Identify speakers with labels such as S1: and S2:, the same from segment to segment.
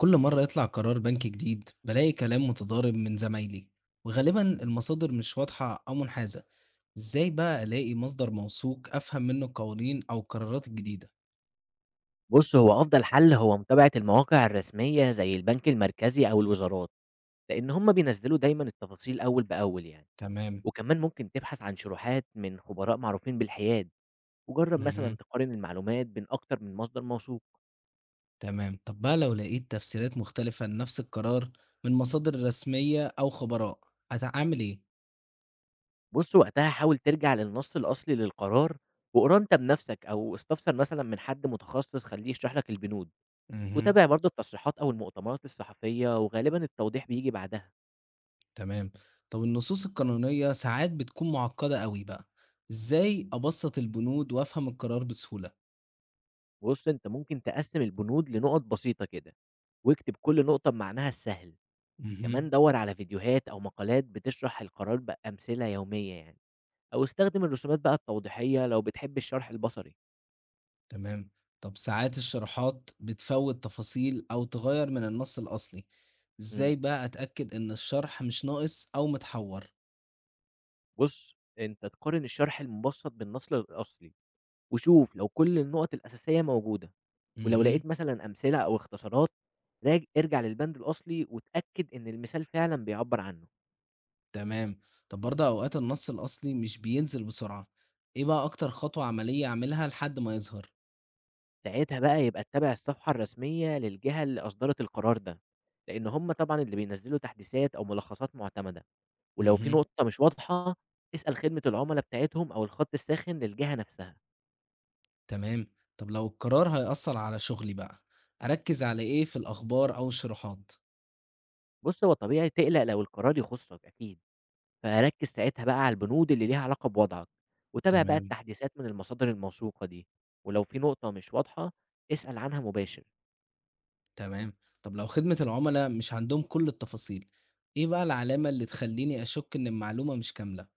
S1: كل مرة يطلع قرار بنك جديد بلاقي كلام متضارب من زمايلي، وغالبا المصادر مش واضحة أو منحازة. إزاي بقى ألاقي مصدر موثوق أفهم منه القوانين أو القرارات الجديدة؟
S2: بُص، هو أفضل حل هو متابعة المواقع الرسمية زي البنك المركزي أو الوزارات، لإن هم بينزّلوا دايمًا التفاصيل أول بأول يعني،
S1: تمام.
S2: وكمان ممكن تبحث عن شروحات من خبراء معروفين بالحياد، وجرّب
S1: مهم.
S2: مثلًا تقارن المعلومات بين أكتر من مصدر موثوق،
S1: تمام، طب بقى لو لقيت تفسيرات مختلفة لنفس القرار من مصادر رسمية أو خبراء، هتعمل إيه؟
S2: بُص وقتها حاول ترجع للنص الأصلي للقرار، واقراه أنت بنفسك أو استفسر مثلًا من حد متخصص خلّيه يشرح لك البنود،
S1: مهم.
S2: وتابع برضه التصريحات أو المؤتمرات الصحفية وغالبًا التوضيح بييجي بعدها.
S1: تمام. طب النصوص القانونية ساعات بتكون معقدة قوي بقى، إزاي أبسط البنود وأفهم القرار بسهولة؟
S2: بُص، أنت ممكن تقسّم البنود لنُقط بسيطة كده، واكتب كل نقطة بمعناها السهل، كمان
S1: مهم.
S2: دَوّر على فيديوهات أو مقالات بتشرح القرار بأمثلة يومية يعني، أو استخدم الرسومات بقى التوضيحية لو بتحب الشرح البصري.
S1: تمام. طب ساعات الشروحات بتفوّت تفاصيل أو تغيّر من النص الأصلي،
S2: إمم،
S1: إزاي بقى أتأكد إن الشرح مش ناقص أو متحوّر؟
S2: بُص، أنت تقارن الشرح المبسّط بالنص الأصلي، وشوف لو كل النُقط الأساسية موجودة، ولو
S1: اهم.
S2: لقيت مثلًا أمثلة أو اختصارات ارجع للبند الأصلي واتأكد إن المثال فعلًا بيعبّر عنه.
S1: تمام. طب برضه أوقات النص الأصلي مش بينزل بسرعة، إيه بقى أكتر خطوة عملية أعملها لحد ما يظهر؟
S2: ساعتها بقى يبقى تتابع الصفحة الرسمية للجهة اللي أصدرت القرار ده، لإن هم طبعًا اللي بينزّلوا تحديثات أو ملخصات معتمدة، ولو في
S1: اهم.
S2: نقطة مش واضحة اسأل خدمة العملا بتاعتهم أو الخط الساخن للجهة نفسها.
S1: تمام. طب لو القرار هيأثّر على شغلي بقى، أركّز على إيه في الأخبار أو الشروحات؟
S2: بُص، هو طبيعي تقلق لو القرار يخصك أكيد، فركّز ساعتها بقى على البنود اللي ليها علاقة بوضعك، وتابع بقى
S1: تمام.
S2: التحديثات من المصادر الموثوقة دي، ولو في نقطة مش واضحة اسأل عنها مباشر.
S1: تمام. طب لو خدمة العملا مش عندهم كل التفاصيل، إيه بقى العلامة اللي تخلّيني أشُك إن المعلومة مش كاملة؟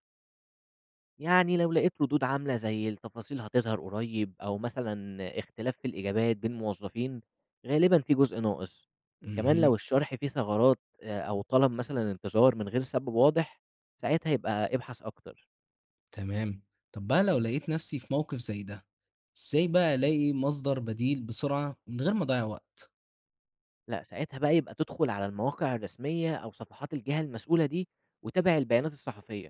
S2: يعني لو لقيت ردود عاملة زي التفاصيل هتظهر قريب أو مثلا اختلاف في الإجابات بين موظفين غالبا في جزء ناقص، كمان لو
S1: اهم.
S2: الشرح فيه ثغرات آه، أو طلب مثلا انتظار من غير سبب واضح ساعتها يبقى ابحث أكتر.
S1: تمام. طب بقى لو لقيت نفسي في موقف زي ده، إزاي بقى ألاقي مصدر بديل بسرعة من غير ما أضيّع وقت؟
S2: لا ساعتها بقى يبقى تدخل على المواقع الرسمية أو صفحات الجهة المسؤولة دي وتابع البيانات الصحفية،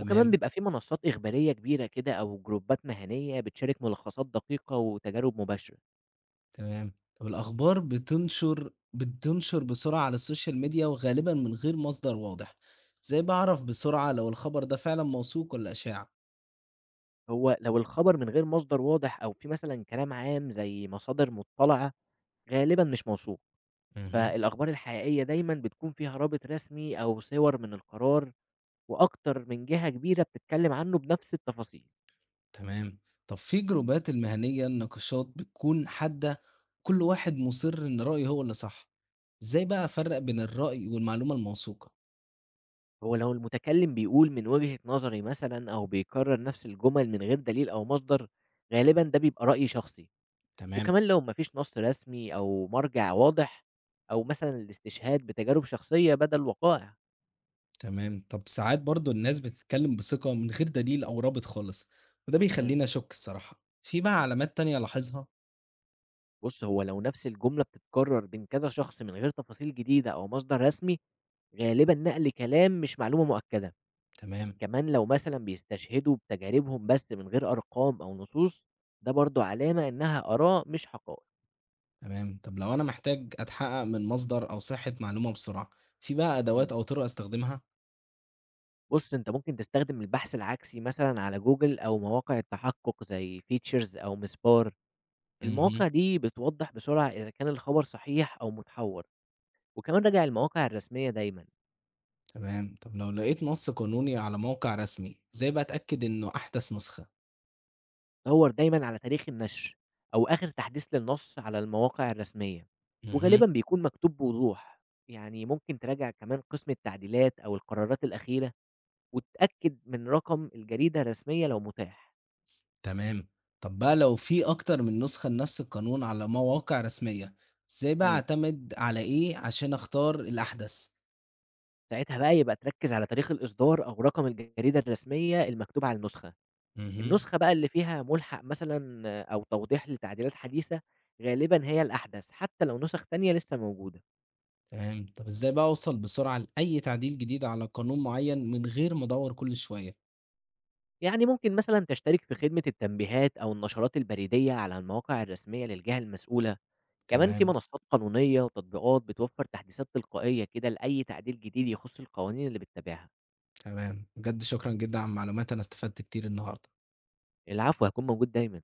S2: وكمان بيبقى في منصات إخبارية كبيرة كده أو جروبات مهنية بتشارك ملخصات دقيقة وتجارب مباشرة.
S1: تمام. طب الأخبار بتنشر بسرعة على السوشيال ميديا وغالبًا من غير مصدر واضح، إزاي باعرف بسرعة لو الخبر ده فعلًا موثوق والّا إشاعة؟
S2: هو لو الخبر من غير مصدر واضح أو في مثلًا كلام عام زي مصادر مُطّلعة، غالبًا مش موثوق،
S1: اهم.
S2: فالأخبار الحقيقية دايمًا بتكون فيها رابط رسمي أو صور من القرار وأكتر من جهة كبيرة بتتكلم عنه بنفس التفاصيل.
S1: تمام. طب في جروبات المهنية النقاشات بتكون حادة، كل واحد مصر إن رأيه هو اللي صح، إزاي بقى أفرق بين الرأي والمعلومة الموثوقة؟
S2: هو لو المتكلم بيقول "من وجهة نظري" مثلًا أو بيكرر نفس الجمل من غير دليل أو مصدر، غالبًا ده بيبقى رأي شخصي.
S1: تمام.
S2: وكمان لو ما فيش نص رسمي أو مرجع واضح أو مثلًا الاستشهاد بتجارب شخصية بدل وقائع.
S1: تمام. طب ساعات برضو الناس بتتكلم بثقة من غير دليل أو رابط خالص، وده
S2: إمم.
S1: بيخليني أشك الصراحة، في بقى علامات تانية ألاحظها؟
S2: بُص، هو لو نفس الجملة بتتكرر بين كذا شخص من غير تفاصيل جديدة أو مصدر رسمي، غالبًا نقل كلام مش معلومة مؤكدة،
S1: تمام.
S2: كمان لو مثلًا بيستشهدوا بتجاربهم بس من غير أرقام أو نصوص، ده برضه علامة إنها آراء مش حقائق.
S1: تمام. طب لو أنا محتاج أتحقق من مصدر أو صحة معلومة بسرعة، في بقى
S2: إمم.
S1: أدوات أو طرق أستخدمها؟
S2: بُص، أنت ممكن تستخدم البحث العكسي مثلًا على جوجل أو مواقع التحقق زي features أو مسبار، المواقع دي بتوضح بسرعة إذا كان الخبر صحيح أو متحور، وكمان راجع المواقع الرسمية دايمًا.
S1: تمام. طب لو لقيت نص قانوني على موقع رسمي، إزاي بقى أتأكد إنه أحدث نسخة؟
S2: دَوّر دايمًا على تاريخ النشر أو آخر تحديث للنص على المواقع الرسمية،
S1: اهم.
S2: وغالبًا بيكون مكتوب بوضوح، يعني ممكن تراجع كمان قسم التعديلات أو القرارات الأخيرة وتتأكد من رقم الجريدة الرسمية لو متاح.
S1: تمام. طب بقى لو في أكتر من نسخة لنفس القانون على مواقع رسمية، إزاي بقى
S2: إمم،
S1: أعتمد على إيه عشان أختار الأحدث؟
S2: ساعتها بقى يبقى تركّز على تاريخ الإصدار أو رقم الجريدة الرسمية المكتوب على النسخة.
S1: اهم.
S2: النسخة بقى اللي فيها ملحق مثلًا أو توضيح لتعديلات حديثة غالبًا هي الأحدث، حتى لو نسخ تانية لسه موجودة.
S1: تمام. طب إزاي بقى أوصل بسرعة لأي تعديل جديد على قانون معين من غير ما أدور كل شوية؟
S2: يعني ممكن مثلًا تشترك في خدمة التنبيهات أو النشرات البريدية على المواقع الرسمية للجهة المسؤولة، كمان في
S1: تمام.
S2: منصات قانونية وتطبيقات بتوفر تحديثات تلقائية كده لأي تعديل جديد يخص القوانين اللي بتتابعها.
S1: تمام. بجد شكرًا جدًا على المعلومات، أنا استفدت كتير النهاردة.
S2: العفو، هاكون موجود دايمًا.